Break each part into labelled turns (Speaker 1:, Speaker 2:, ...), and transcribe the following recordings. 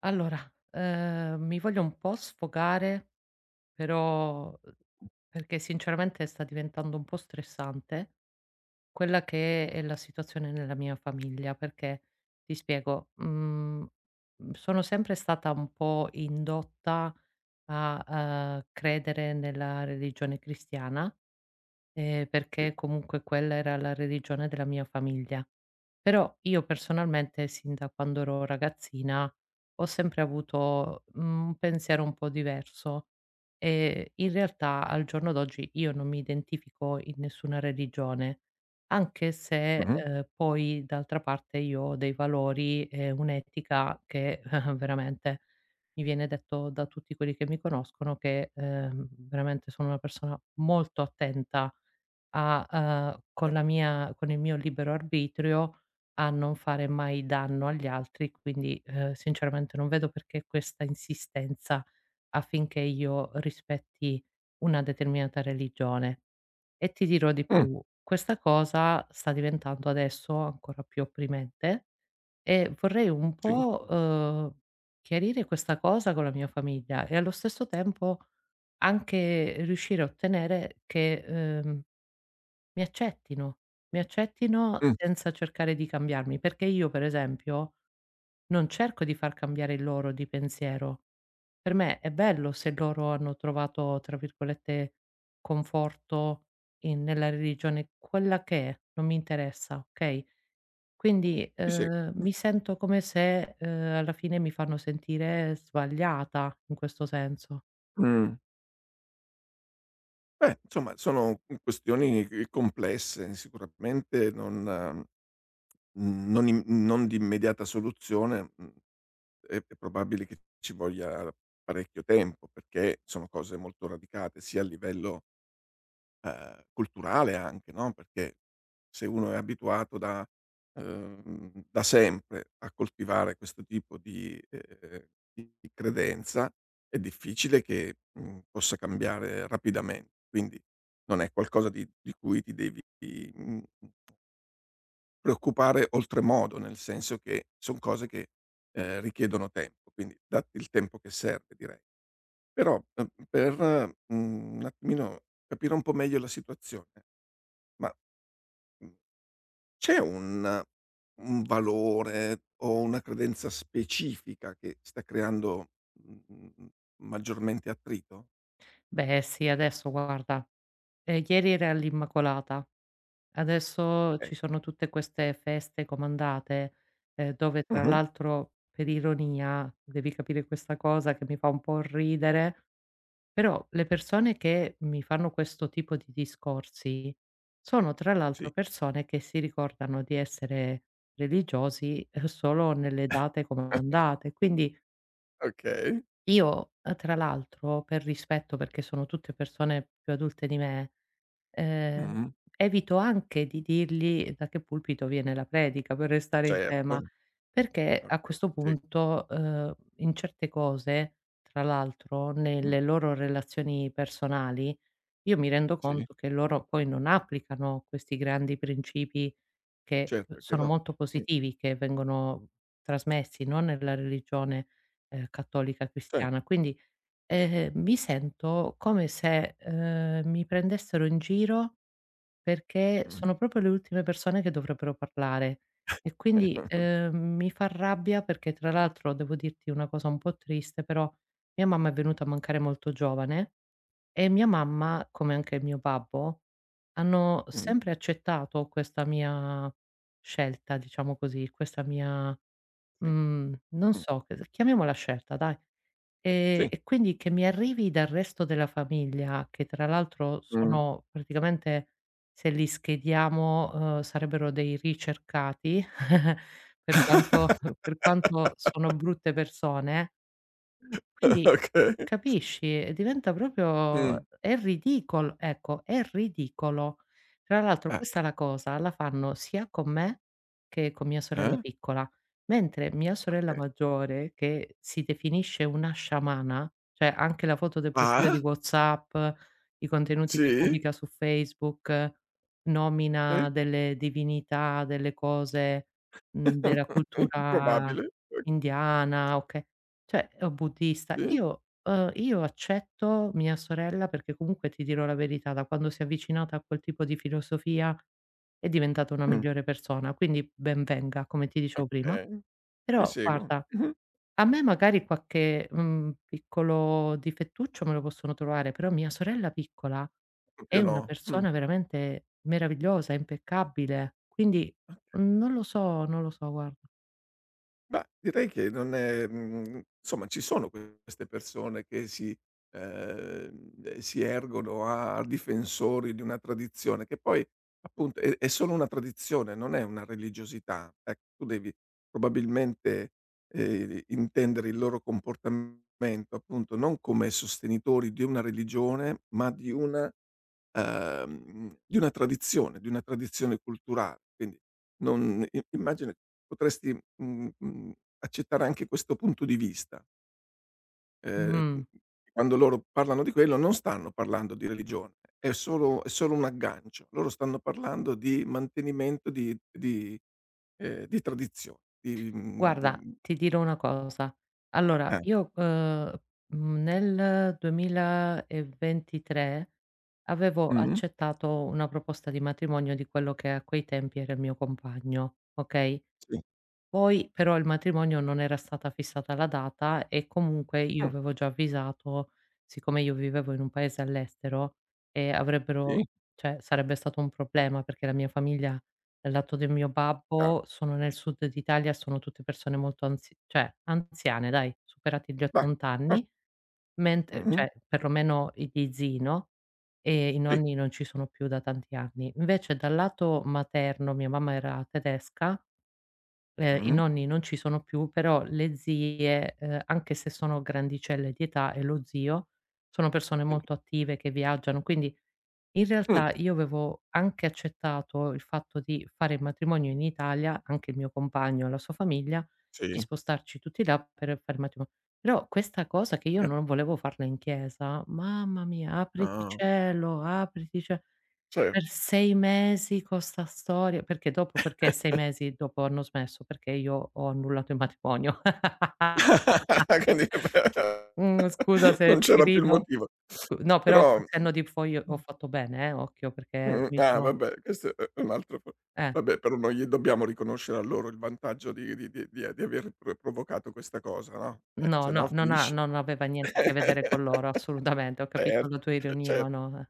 Speaker 1: Allora, mi voglio un po' sfogare, però perché sinceramente sta diventando un po' stressante quella che è la situazione nella mia famiglia, perché ti spiego, sono sempre stata un po' indotta a credere nella religione cristiana.
Speaker 2: Sì.
Speaker 1: Perché comunque quella era la religione della mia famiglia. Però io personalmente sin da quando ero ragazzina ho sempre avuto un pensiero un po' diverso e in realtà al giorno d'oggi io non mi identifico in nessuna religione, anche se,
Speaker 2: Mh-mh.
Speaker 1: ehm, poi d'altra parte io ho dei valori e un'etica che veramente mi viene detto da tutti quelli che mi conoscono che veramente sono una persona molto attenta a con la mia con il mio libero arbitrio, a non fare mai danno agli altri, quindi sinceramente non vedo perché questa insistenza affinché io rispetti una determinata religione. E ti dirò di
Speaker 2: Mh,
Speaker 1: più, questa cosa sta diventando adesso ancora più opprimente e vorrei un
Speaker 2: sì.
Speaker 1: po', chiarire questa cosa con la mia famiglia e allo stesso tempo anche riuscire a ottenere che, uhm mi accettino, mi accettino
Speaker 2: Mh,
Speaker 1: senza cercare di cambiarmi, perché io per esempio non cerco di far cambiare il loro di pensiero. Per me è bello se loro hanno trovato, tra virgolette, "conforto" in nella religione, quella che è, non mi interessa, okay, quindi,
Speaker 2: Ti seguo.
Speaker 1: ehm, mi sento come se alla fine mi fanno sentire sbagliata in questo senso.
Speaker 2: Mh. Beh, insomma sono, questioni, complesse, sicuramente non di immediata soluzione, è probabile che ci voglia parecchio tempo, perché sono cose molto radicate sia a livello culturale anche, no, perché se uno è abituato da da sempre a coltivare questo tipo di di credenza, è difficile che, possa cambiare rapidamente. Quindi non è qualcosa di cui ti devi, mhmm, preoccupare oltremodo, nel senso che son cose che, richiedono tempo, quindi datti il tempo che serve, direi. Però, per, un attimino capire un po' meglio la situazione. Ma, mhmm, c'è un valore o una credenza specifica che sta creando, maggiormente attrito?
Speaker 1: Beh sì, adesso guarda, ieri era l'Immacolata. Adesso
Speaker 2: Okay.
Speaker 1: ci sono tutte queste feste comandate, dove tra
Speaker 2: Mh-mh.
Speaker 1: l'altro, per ironia, devi capire questa cosa che mi fa un po' ridere, però le persone che mi fanno questo tipo di discorsi sono tra
Speaker 2: Sì.
Speaker 1: l'altro persone che si ricordano di essere religiosi, solo nelle date comandate. Quindi
Speaker 2: Okay.
Speaker 1: io, tra l'altro per rispetto, perché sono tutte persone più adulte di me, Ehm,
Speaker 2: Mh-mh.
Speaker 1: evito anche di dirgli da che pulpito viene la predica, per restare in tema,
Speaker 2: Certo.
Speaker 1: perché a
Speaker 2: Okay.
Speaker 1: questo
Speaker 2: Sì.
Speaker 1: punto, in certe cose, tra l'altro
Speaker 2: Mh.
Speaker 1: nelle loro relazioni personali, io mi rendo
Speaker 2: Sì.
Speaker 1: conto che loro poi non applicano questi grandi principi che
Speaker 2: Certo che
Speaker 1: sono
Speaker 2: no.
Speaker 1: molto
Speaker 2: Mh.
Speaker 1: positivi, che vengono trasmessi, no, nella religione, cattolica
Speaker 2: Cer
Speaker 1: cristiana. Quindi, mi sento come se mi prendessero in giro perché
Speaker 2: Mh.
Speaker 1: sono proprio le ultime persone che dovrebbero parlare e quindi mi fa rabbia perché tra l'altro devo dirti una cosa un po' triste, però mia mamma è venuta a mancare molto giovane e mia mamma, come anche mio babbo, hanno
Speaker 2: Mh.
Speaker 1: sempre accettato questa mia scelta, diciamo così, questa mia,
Speaker 2: Sì.
Speaker 1: non
Speaker 2: Mh.
Speaker 1: so, chiamiamola scelta dai. Ehm,
Speaker 2: Sì.
Speaker 1: e quindi che mi arrivi dal resto della famiglia, che tra l'altro
Speaker 2: Mh.
Speaker 1: sono praticamente, se li schediamo, sarebbero dei ricercati, per quanto per quanto sono brutte persone, quindi
Speaker 2: Okay.
Speaker 1: capisci? E diventa proprio
Speaker 2: Mh.
Speaker 1: è ridicol ecco, è ridicolo. Tra l'altro
Speaker 2: Eh.
Speaker 1: questa la cosa la fanno sia con me che con mia sorella
Speaker 2: Eh?
Speaker 1: piccola, mentre mia sorella
Speaker 2: Okay.
Speaker 1: maggiore, che si definisce una sciamana, cioè anche la foto del profilo di
Speaker 2: Ah?
Speaker 1: WhatsApp, i contenuti che
Speaker 2: Sì?
Speaker 1: pubblica su Facebook,
Speaker 2: Okay.
Speaker 1: nomina delle divinità, delle cose, della cultura
Speaker 2: Probabile. Okay.
Speaker 1: indiana, oka cioè, o buddista.
Speaker 2: Sì.
Speaker 1: Io accetto mia sorella perché comunque ti dirò la verità, da quando si è avvicinata a quel tipo di filosofia è diventata una
Speaker 2: Mh.
Speaker 1: migliore persona, quindi ben venga, come ti dicevo prima.
Speaker 2: Okay, ti
Speaker 1: Però
Speaker 2: seguo.
Speaker 1: guarda,
Speaker 2: Mh-mh.
Speaker 1: a me magari qualche piccolo difettuccio me lo possono trovare, però mia sorella piccola è
Speaker 2: Proprio
Speaker 1: una
Speaker 2: no. Mh.
Speaker 1: persona veramente meravigliosa, impeccabile, quindi non lo so, non lo so guarda.
Speaker 2: Beh, direi che non è insomma ci sono queste persone che si ergono a difensori di una tradizione che poi appunto è solo una tradizione, non è una religiosità. Ecco, tu devi probabilmente, intendere il loro comportamento appunto non come sostenitori di una religione, ma di una tradizione, di una tradizione culturale. Quindi non i immagina potresti, accettare anche questo punto di vista. Ehm,
Speaker 1: Mh.
Speaker 2: quando loro parlano di quello non stanno parlando di religione, è solo un aggancio. Loro stanno parlando di mantenimento di tradizioni, di
Speaker 1: Guarda, ti dirò una cosa. Allora,
Speaker 2: eh,
Speaker 1: io, uhm, mhmm, nel 2023 avevo
Speaker 2: mh-mh,
Speaker 1: accettato una proposta di matrimonio di quello che a quei tempi era il mio compagno, okay?
Speaker 2: sì,
Speaker 1: Poi però il matrimonio non era stata fissata la data e comunque io
Speaker 2: mh,
Speaker 1: avevo già avvisato, siccome io vivevo in un paese all'estero e
Speaker 2: sì,
Speaker 1: avrebbero cioè sarebbe stato un problema perché la mia famiglia dal lato del mio
Speaker 2: chiaro,
Speaker 1: babbo sono nel sud d'Italia, sono tutte persone molto anzi cioè anziane dai, superati gli
Speaker 2: va,
Speaker 1: 80
Speaker 2: ah,
Speaker 1: anni, ment
Speaker 2: mh-mh,
Speaker 1: cioè perlomeno i gli zii, no, e i
Speaker 2: sì,
Speaker 1: nonni non ci sono più da tanti anni. Invece dal lato materno, mia mamma era tedesca. I
Speaker 2: mh-mh,
Speaker 1: nonni non ci sono più, però le zie, anche se sono grandicelle di età e lo zio, sono persone
Speaker 2: sì,
Speaker 1: molto attive che viaggiano, quindi in
Speaker 2: mh,
Speaker 1: realtà io avevo anche accettato il fatto di fare il matrimonio in Italia, anche il mio compagno e la sua famiglia, di
Speaker 2: sì,
Speaker 1: spostarci tutti là per fare il matrimo però questa cosa che io
Speaker 2: eh,
Speaker 1: non volevo farla in chiesa, mamma mia, apriti
Speaker 2: ah,
Speaker 1: cielo, apriti cie
Speaker 2: cer
Speaker 1: per 6 mesi con 'sta storia perché dopo, perché 6 mesi dopo hanno smesso? Perché io ho annullato il matrimonio.
Speaker 2: quindi vabbè,
Speaker 1: Mhmm, scusa
Speaker 2: non
Speaker 1: se ci
Speaker 2: c'era più il
Speaker 1: rido.
Speaker 2: motivo.
Speaker 1: No, però
Speaker 2: Però
Speaker 1: col senno di poi ho fatto bene, occhio, perché mi
Speaker 2: ah
Speaker 1: sono
Speaker 2: vabbè, questo è un altro po
Speaker 1: eh,
Speaker 2: vabbè, però non gli dobbiamo riconoscere a loro il vantaggio di aver provocato questa cosa, no,
Speaker 1: no,
Speaker 2: se
Speaker 1: no,
Speaker 2: no finisce.
Speaker 1: non aveva niente a che vedere con loro, assolutamente. Ho capito la tua
Speaker 2: Certo,
Speaker 1: ironia, ma
Speaker 2: certo.
Speaker 1: no, eh.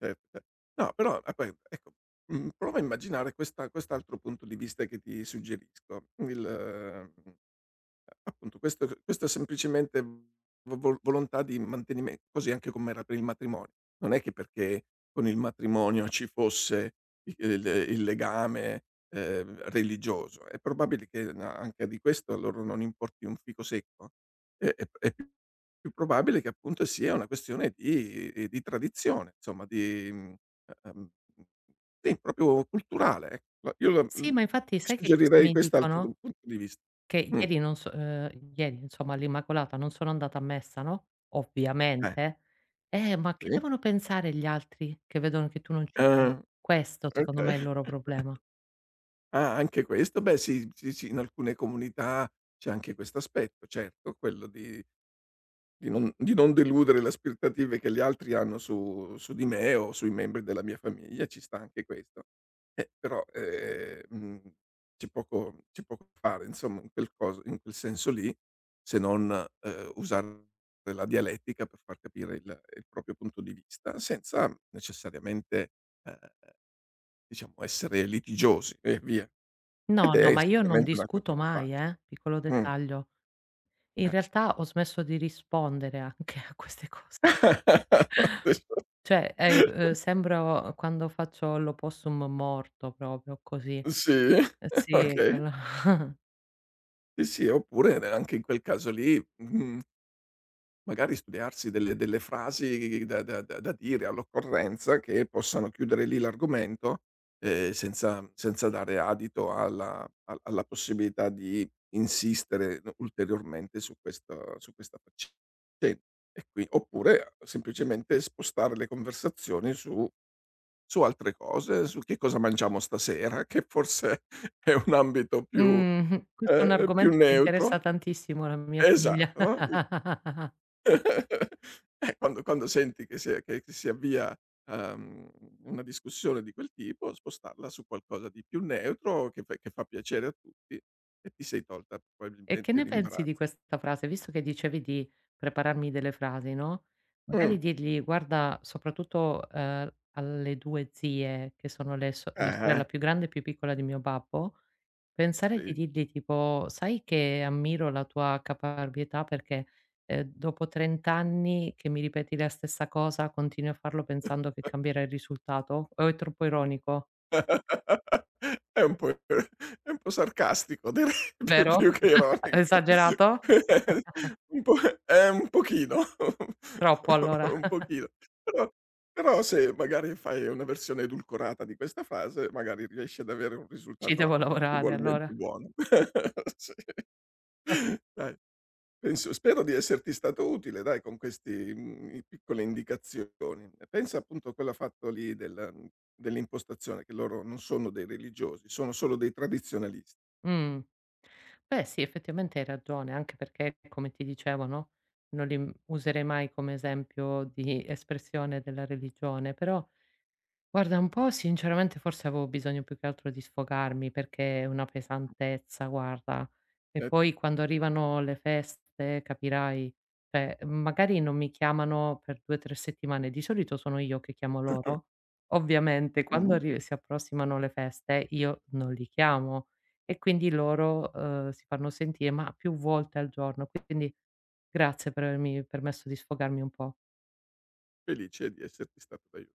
Speaker 2: Certo, cer no, però a poi ecco, prova a immaginare questa quest'altro punto di vista che ti suggerisco. Il Appunto questo è semplicemente vo vo volontà di mantenime così anche com'era per il matrimonio. Non è che perché con il matrimonio ci fosse i il legame, religioso. È probabile che n anche di questo a loro non importi un fico secco. È più probabile che appunto sia una questione di tradizione, insomma di, ehm, sì, proprio culturale, ecco. Io
Speaker 1: Sì, ma infatti
Speaker 2: ti
Speaker 1: sai che cosa
Speaker 2: suggerirei
Speaker 1: mi
Speaker 2: quest'altro
Speaker 1: dicono?
Speaker 2: punto di vista.
Speaker 1: Che
Speaker 2: Mh,
Speaker 1: ieri non so, ieri insomma all'Immacolata non sono andata a messa, no,
Speaker 2: eh.
Speaker 1: ovviamente. Ma che
Speaker 2: Sì.
Speaker 1: devono pensare gli altri che vedono che tu non ci sei?
Speaker 2: Ah,
Speaker 1: Questo secondo
Speaker 2: okay.
Speaker 1: me è il loro problema.
Speaker 2: Ah, anche questo. Beh sì, sì, sì, in alcune comunità c'è anche questo aspetto, certo, quello di non deludere le aspettative che gli altri hanno su di me o sui membri della mia famiglia, ci sta anche questo. Però, c'è poco da fare insomma in quel coso in quel senso lì, se non, usare la dialettica per far capire il proprio punto di vista senza necessariamente, ehm diciamo, essere litigiosi e via.
Speaker 1: No,
Speaker 2: Ed
Speaker 1: no,
Speaker 2: è
Speaker 1: ma io non
Speaker 2: sicuramente una cosa
Speaker 1: discuto
Speaker 2: non
Speaker 1: mai,
Speaker 2: facile.
Speaker 1: piccolo
Speaker 2: Mh,
Speaker 1: dettaglio. In
Speaker 2: eh.
Speaker 1: realtà ho smesso di rispondere anche a queste cose. Cioè, sembro quando faccio l'opossum morto proprio così.
Speaker 2: Sì,
Speaker 1: Sì,
Speaker 2: okay.
Speaker 1: quello.
Speaker 2: Sì, sì, oppure anche in quel caso lì, mhmm magari studiarsi delle frasi da dire all'occorrenza che possano chiudere lì l'argomento, senza dare adito alla possibilità di insistere n ulteriormente su questo su questa faccen e qui, oppure semplicemente spostare le conversazioni su su altre cose, su che cosa mangiamo stasera, che forse è un ambito più
Speaker 1: Mh-mh. Questo è un
Speaker 2: più
Speaker 1: argomento che interessa
Speaker 2: neutro.
Speaker 1: tantissimo la mia famiglia.
Speaker 2: Esatto, no? Quando senti che si è che si avvia, uhm, una discussione di quel tipo, spostarla su qualcosa di più neutro che fa piacere a tutti e ti sei tolta
Speaker 1: E che
Speaker 2: probabilmente
Speaker 1: ne pensi di
Speaker 2: l'imbarazzo.
Speaker 1: questa frase? Visto che dicevi di prepararmi delle frasi, no,
Speaker 2: Mh.
Speaker 1: magari dirgli: "Guarda", soprattutto, alle 2 zie che sono le so la sorella
Speaker 2: Eh-eh.
Speaker 1: più grande e più piccola di mio babbo, pensare
Speaker 2: Sì.
Speaker 1: di dirgli tipo: "Sai che ammiro la tua caparbietà perché, dopo 30 anni che mi ripeti la stessa cosa, continui a farlo pensando che cambierà il risultato?" O è troppo ironico?
Speaker 2: È un po' è un po' sarcastico, direi, più
Speaker 1: Vero?
Speaker 2: più che ironico.
Speaker 1: Esagerato?
Speaker 2: Un po' un pochino,
Speaker 1: Troppo allora.
Speaker 2: un pochino. Però se magari fai una versione edulcorata di questa frase, magari riesci ad avere un
Speaker 1: Ci
Speaker 2: risultato,
Speaker 1: devo lavorare
Speaker 2: ugualmente
Speaker 1: allora.
Speaker 2: buono. Sì. Dai. Penso Spero di esserti stato utile, dai, con questi, piccole indicazioni. Pensa appunto a quella fatto lì del dell'impostazione che loro non sono dei religiosi, sono solo dei tradizionalisti.
Speaker 1: Mh. Beh sì, effettivamente hai ragione, anche perché come ti dicevo, no, non li userei mai come esempio di espressione della religione, però guarda, un po' sinceramente forse avevo bisogno più che altro di sfogarmi perché è una pesantezza, guarda. E
Speaker 2: Eh, ti-
Speaker 1: poi quando arrivano le feste, capirai, cioè magari non mi chiamano per 2, 3 settimane, di solito sono io che chiamo loro. Ovviamente quando arri si approssimano le feste io non li chiamo e quindi loro, si fanno sentire, ma più volte al giorno. Quindi grazie per avermi permesso di sfogarmi un po'.
Speaker 2: Felice di esserti stato d'aiuto.